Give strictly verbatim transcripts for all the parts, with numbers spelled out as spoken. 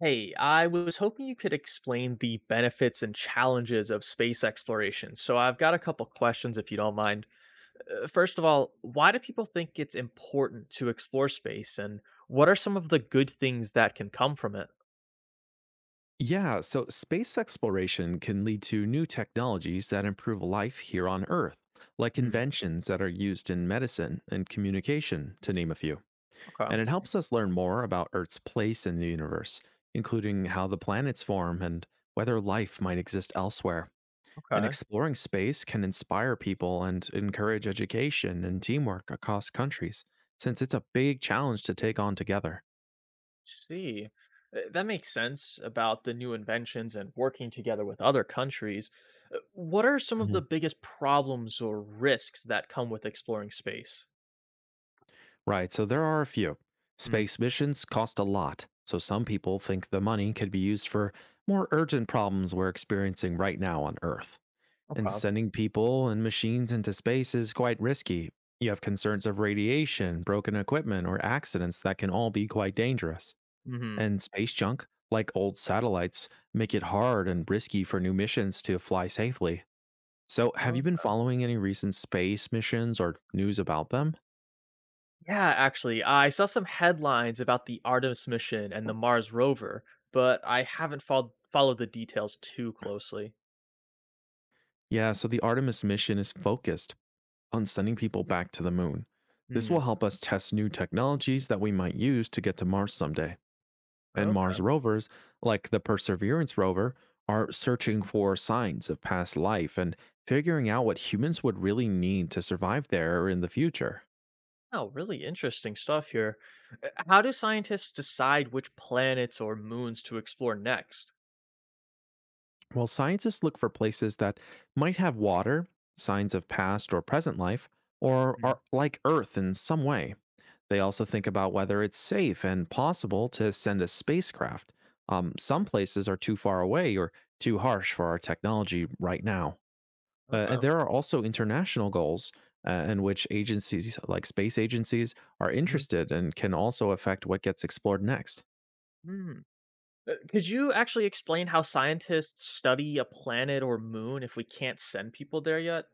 Hey, I was hoping you could explain the benefits and challenges of space exploration. So I've got a couple questions if you don't mind. Uh, First of all, why do people think it's important to explore space and what are some of the good things that can come from it? Yeah, so space exploration can lead to new technologies that improve life here on Earth, like Hmm, inventions that are used in medicine and communication, to name a few. okay. And it helps us learn more about Earth's place in the universe, including how the planets form and whether life might exist elsewhere. And Okay. exploring space can inspire people and encourage education and teamwork across countries, since it's a big challenge to take on together. See. Uh, That makes sense about the new inventions and working together with other countries. Uh, What are some of the biggest problems or risks that come with exploring space? Right, so there are a few. Hmm, Space missions cost a lot, so some people think the money could be used for more urgent problems we're experiencing right now on Earth. And okay. sending people and machines into space is quite risky. You have concerns of radiation, broken equipment, or accidents that can all be quite dangerous. Mhm. And space junk, like old satellites, make it hard and risky for new missions to fly safely. So, have you been following any recent space missions or news about them? Yeah, actually, I saw some headlines about the Artemis mission and the Mars rover, but I haven't followed followed the details too closely. Yeah, so the Artemis mission is focused on sending people back to the moon. This Hmm. will help us test new technologies that we might use to get to Mars someday. And Okay. Mars rovers, like the Perseverance rover, are searching for signs of past life and figuring out what humans would really need to survive there in the future. Oh, really interesting stuff here. Uh, How do scientists decide which planets or moons to explore next? While scientists look for places that might have water, signs of past or present life, or Mm. are like Earth in some way. They also think about whether it's safe and possible to send a spacecraft. Um, some places are too far away or too harsh for our technology right now. Uh, and Okay. there are also international goals uh, in which agencies like space agencies are Mhm. interested and can also affect what gets explored next. Hmm. Uh, Could you actually explain how scientists study a planet or moon if we can't send people there yet?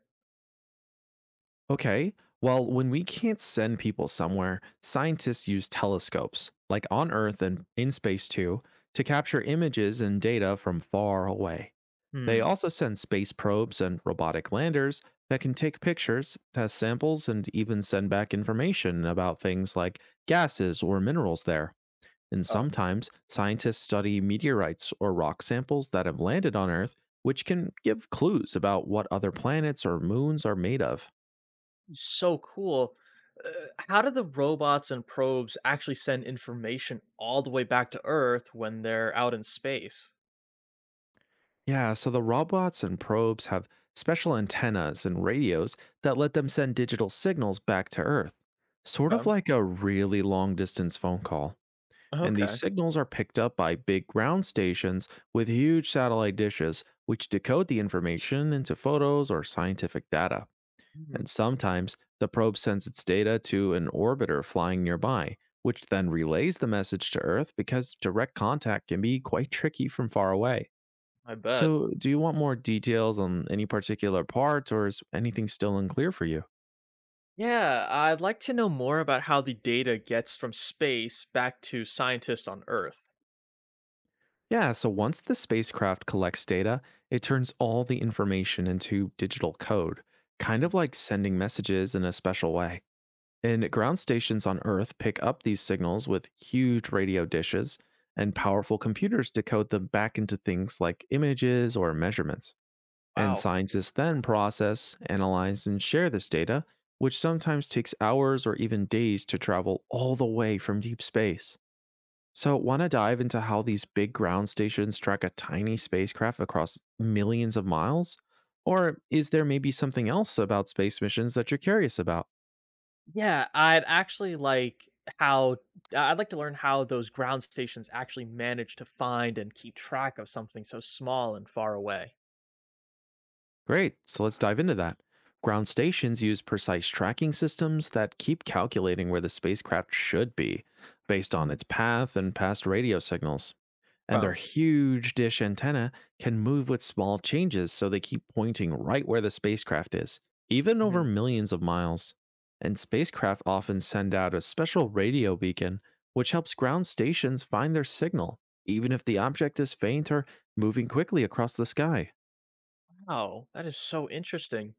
Okay, well, when we can't send people somewhere, scientists use telescopes, like on Earth and in space too, to capture images and data from far away. They Hmm, also send space probes and robotic landers that can take pictures, test samples, and even send back information about things like gases or minerals there. And okay. sometimes scientists study meteorites or rock samples that have landed on Earth, which can give clues about what other planets or moons are made of. So cool. Uh, how do the robots and probes actually send information all the way back to Earth when they're out in space? Yeah, so the robots and probes have special antennas and radios that let them send digital signals back to Earth, sort of Um, like a really long distance phone call. And these okay. signals are picked up by big ground stations with huge satellite dishes, which decode the information into photos or scientific data. Hmm, And sometimes the probe sends its data to an orbiter flying nearby, which then relays the message to Earth because direct contact can be quite tricky from far away. I bet. So, do you want more details on any particular part, or is anything still unclear for you? Yeah, I'd like to know more about how the data gets from space back to scientists on Earth. Yeah, so once the spacecraft collects data, it turns all the information into digital code, kind of like sending messages in a special way. And ground stations on Earth pick up these signals with huge radio dishes, and powerful computers decode them back into things like images or measurements. And Wow. scientists then process, analyze, and share this data, which sometimes takes hours or even days to travel all the way from deep space. So, want to dive into how these big ground stations track a tiny spacecraft across millions of miles? Or is there maybe something else about space missions that you're curious about? Yeah, I'd actually like how I'd like to learn how those ground stations actually manage to find and keep track of something so small and far away. Great, so let's dive into that. Ground stations use precise tracking systems that keep calculating where the spacecraft should be based on Mm. its path and past radio signals. And their huge dish antenna can move with small changes so they keep pointing right where the spacecraft is, even over Okay. millions of miles. And spacecraft often send out a special radio beacon, which helps ground stations find their signal, even if the object is faint or moving quickly across the sky. Oh, that is so interesting.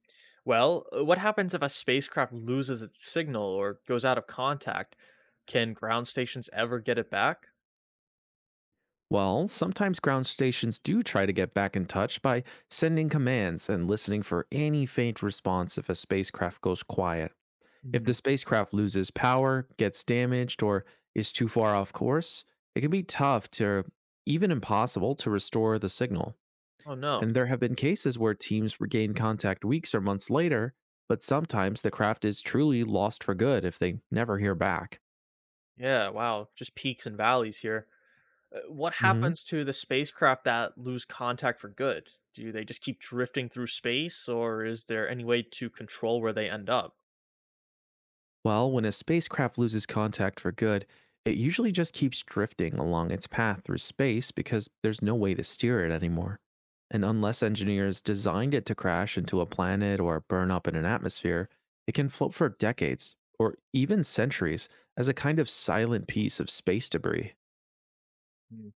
Well, uh, what happens if a spacecraft loses its signal or goes out of contact? Can ground stations ever get it back? Well, sometimes ground stations do try to get back in touch by sending commands and listening for any faint response if a spacecraft goes quiet. If the Mhm. spacecraft loses power, gets damaged, or is too far off course, it can be tough to even impossible to restore the signal. Oh no. And there have been cases where teams regain contact weeks or months later, but sometimes the craft is truly lost for good if they never hear back. Yeah, wow. Just peaks and valleys here. Uh, What hmm happens to the spacecraft that lose contact for good? Do they just keep drifting through space or is there any way to control where they end up? Well, when a spacecraft loses contact for good, it usually just keeps drifting along its path through space because there's no way to steer it anymore. And unless engineers designed it to crash into a planet or burn up in an atmosphere, it can float for decades or even centuries as a kind of silent piece of space debris. Mm.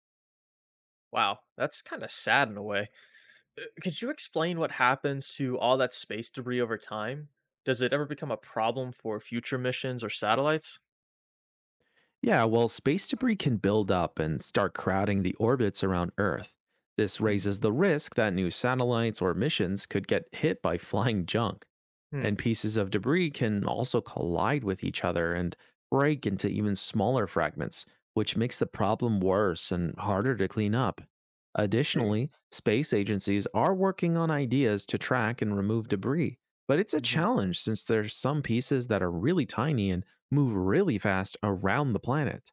Wow, that's kinda sad in a way. Uh, could you explain what happens to all that space debris over time? Does it ever become a problem for future missions or satellites? Yeah, well, space debris can build up and start crowding the orbits around Earth. This Hmm, raises the risk that new satellites or missions could get hit by flying junk. hmm, And pieces of debris can also collide with each other and break into even smaller fragments, which makes the problem worse and harder to clean up. see. Additionally, space agencies are working on ideas to track and remove debris, but it's a Mhm, challenge since there's some pieces that are really tiny and move really fast around the planet.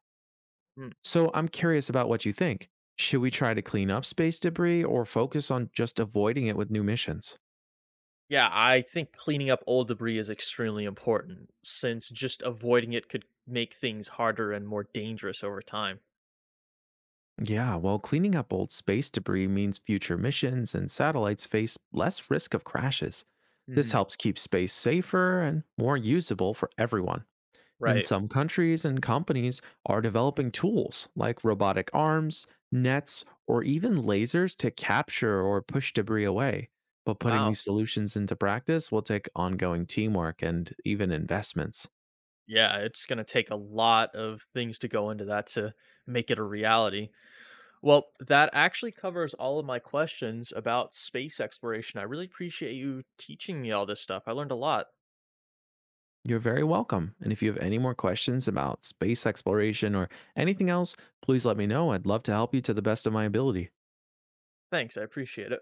hmm. So I'm curious about what you think. Should we try to clean up space debris or focus on just avoiding it with new missions? Yeah, I think cleaning up old debris is extremely important, since just avoiding it could make things harder and more dangerous over time. Yeah, well, cleaning up old space debris means future missions and satellites face less risk of crashes. This Mhm. helps keep space safer and more usable for everyone. And Right. some countries and companies are developing tools like robotic arms, nets, or even lasers to capture or push debris away. But putting Wow. these solutions into practice will take ongoing teamwork and even investments. Yeah, it's gonna take a lot of things to go into that to make it a reality. Well, that actually covers all of my questions about space exploration. I really appreciate you teaching me all this stuff. I learned a lot. You're very welcome. And if you have any more questions about space exploration or anything else, please let me know. I'd love to help you to the best of my ability. Thanks. I appreciate it.